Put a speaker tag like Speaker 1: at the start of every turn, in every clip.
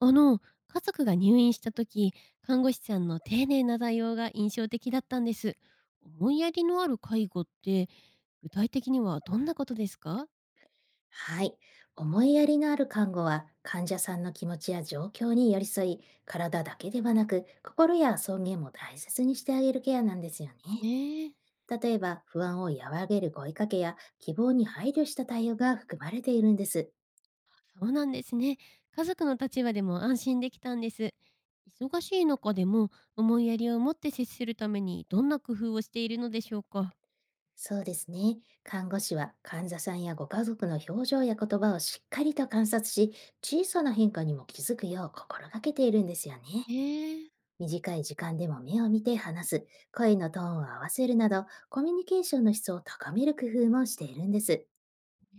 Speaker 1: あの、家族が入院した時、看護師さんの丁寧な対応が印象的だったんです。思いやりのある介護って、具体的にはどんなことですか？
Speaker 2: はい。思いやりのある看護は、患者さんの気持ちや状況に寄り添い、体だけではなく心や尊厳も大切にしてあげるケアなんですよね。
Speaker 1: ええ。
Speaker 2: 例えば、不安を和らげる声かけや、希望に配慮した対応が含まれているんです。
Speaker 1: そうなんですね。家族の立場でも安心できたんです。忙しい中でも思いやりを持って接するためにどんな工夫をしているのでしょうか？
Speaker 2: そうですね。看護師は、患者さんやご家族の表情や言葉をしっかりと観察し、小さな変化にも気づくよう心がけているんですよね。
Speaker 1: ええ。
Speaker 2: 短い時間でも目を見て話す、声のトーンを合わせるなど、コミュニケーションの質を高める工夫もしているんです。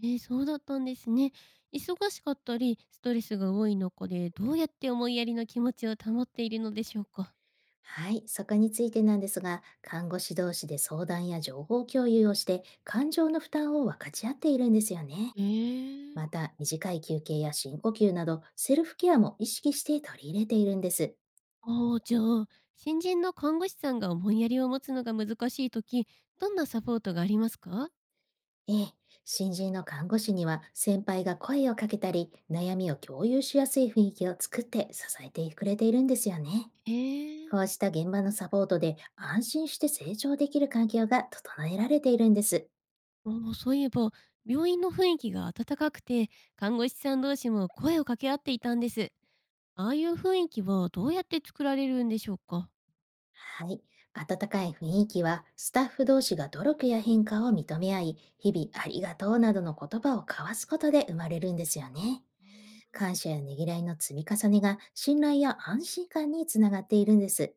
Speaker 1: ええ、そうだったんですね。忙しかったり、ストレスが多い中でどうやって思いやりの気持ちを保っているのでしょうか？
Speaker 2: はい、そこについてなんですが、看護師同士で相談や情報共有をして、感情の負担を分かち合っているんですよね。
Speaker 1: ええ。
Speaker 2: また、短い休憩や深呼吸など、セルフケアも意識して取り入れているんです。
Speaker 1: ああ、じゃあ、新人の看護師さんが思いやりを持つのが難しいとき、どんなサポートがありますか？
Speaker 2: ええ、新人の看護師には、先輩が声をかけたり、悩みを共有しやすい雰囲気を作って支えてくれているんですよね。
Speaker 1: ええ。
Speaker 2: こうした現場のサポートで、安心して成長できる環境が整えられているんです。
Speaker 1: あ、そういえば、病院の雰囲気が温かくて、看護師さん同士も声を掛け合っていたんです。ああいう雰囲気はどうやって作られるんでしょうか？
Speaker 2: はい。温かい雰囲気は、スタッフ同士が努力や変化を認め合い、日々ありがとうなどの言葉を交わすことで生まれるんですよね。
Speaker 1: あ、
Speaker 2: 感謝やねぎらいの積み重ねが、信頼や安心感につながっているんです。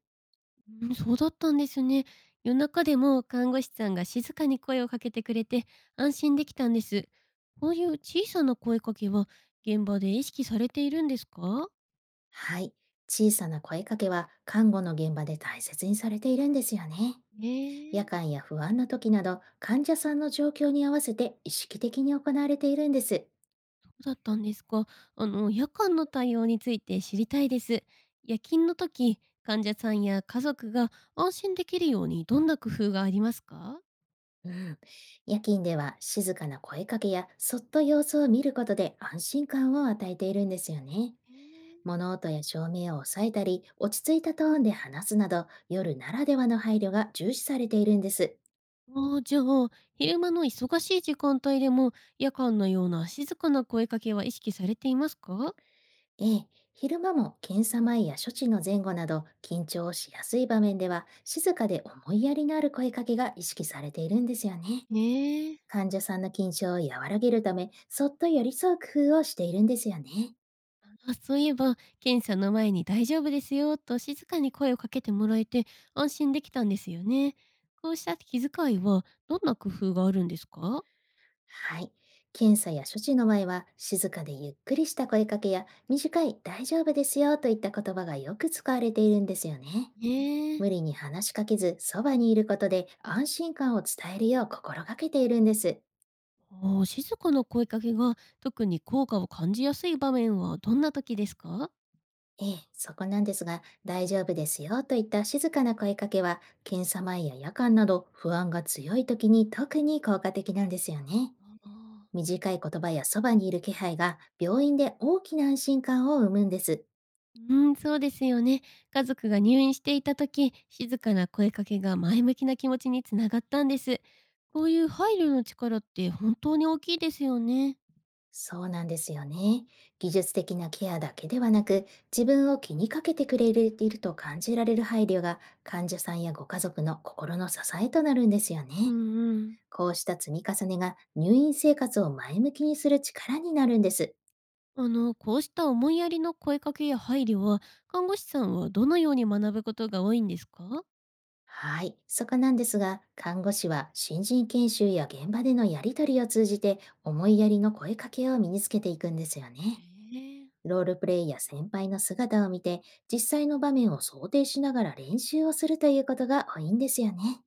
Speaker 1: うん、そうだったんですね。夜中でも看護師さんが静かに声をかけてくれて安心できたんです。こういう小さな声かけは現場で意識されているんですか？
Speaker 2: はい。小さな声かけは、看護の現場で大切にされているんですよね。
Speaker 1: え
Speaker 2: 夜
Speaker 1: え。
Speaker 2: 間や不安な時など、患者さんの状況に合わせて意識的に行われているんです。
Speaker 1: そうだったんですか。あの、夜間の対応について知りたいです。夜勤の時、患者さんや家族が安心できるようにどんな工夫がありますか？
Speaker 2: うん、夜勤では、静かな声かけやそっと様子を見ることで、安心感を与えているんですよね。
Speaker 1: ええ。
Speaker 2: 物音や照明を抑えたり、落ち着いたトーンで話すなど、夜ならではの配慮が重視されているんです。
Speaker 1: ああ、じゃあ、昼間の忙しい時間帯でも夜間のような静かな声かけは意識されていますか？
Speaker 2: ええ、昼間も、検査前や処置の前後など緊張しやすい場面では、静かで思いやりのある声かけが意識されているんですよね。
Speaker 1: ねえ。
Speaker 2: 患者さんの緊張を和らげるため、そっと寄り添う工夫をしているんですよね。
Speaker 1: あ、そういえば、検査の前に「大丈夫ですよ」と静かに声をかけてもらえて、安心できたんですよね。こうした気遣いはどんな工夫があるんですか？
Speaker 2: はい。検査や処置の前は、静かでゆっくりした声かけや、短い大丈夫ですよといった言葉がよく使われているんですよね。
Speaker 1: ねえ。
Speaker 2: 無理に話しかけず、そばにいることで安心感を伝えるよう心がけているんです。
Speaker 1: ああ、静かな声かけが特に効果を感じやすい場面はどんな時ですか？
Speaker 2: ええ、そこなんですが、大丈夫ですよといった静かな声かけは、検査前や夜間など不安が強い時に特に効果的なんですよね。
Speaker 1: ああ。
Speaker 2: 短い言葉やそばにいる気配が、病院で大きな安心感を生むんです。
Speaker 1: うん、そうですよね。家族が入院していた時、静かな声かけが前向きな気持ちにつながったんです。こういう配慮の力って本当に大きいですよね。
Speaker 2: そうなんですよね。技術的なケアだけではなく、自分を気にかけてくれていると感じられる配慮が、患者さんやご家族の心の支えとなるんですよ
Speaker 1: う
Speaker 2: ね。
Speaker 1: ん。うん。
Speaker 2: こうした積み重ねが、入院生活を前向きにする力になるんです。
Speaker 1: あの、こうした思いやりの声かけや配慮は、看護師さんはどのように学ぶことが多いんですか？
Speaker 2: はい。そこなんですが、看護師は新人研修や現場でのやり取りを通じて、思いやりの声かけを身につけていくんですよね。
Speaker 1: ええ。
Speaker 2: ロールプレイや先輩の姿を見て、実際の場面を想定しながら練習をするということが多いんですよね。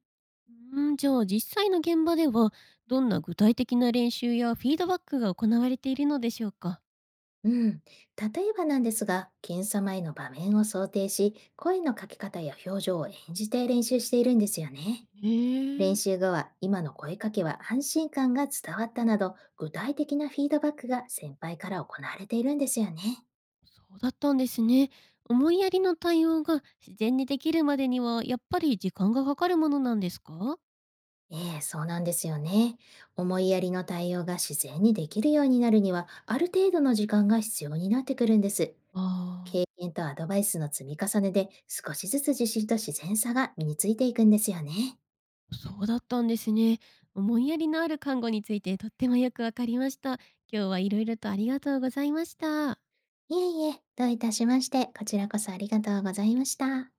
Speaker 1: うん、じゃあ実際の現場では、どんな具体的な練習やフィードバックが行われているのでしょうか？
Speaker 2: うん。例えばなんですが、検査前の場面を想定し、声のかけ方や表情を演じて練習しているんですよね。練
Speaker 1: ええ。
Speaker 2: 習後は、今の声かけは安心感が伝わったなど、具体的なフィードバックが先輩から行われているんですよね。
Speaker 1: そうだったんですね。思いやりの対応が自然にできるまでには、やっぱり時間がかかるものなんですか？
Speaker 2: ええ、そうなんですよね。思いやりの対応が自然にできるようになるには、ある程度の時間が必要になってくるんです。
Speaker 1: ああ
Speaker 2: 経
Speaker 1: ー、
Speaker 2: 験とアドバイスの積み重ねで、少しずつ自信と自然さが身についていくんですよね。
Speaker 1: そうだったんですね。思いやりのある看護についてとってもよくわかりました。今日はいろいろとありがとうございました。
Speaker 2: いえいえ、どういたしまして、こちらこそありがとうございました。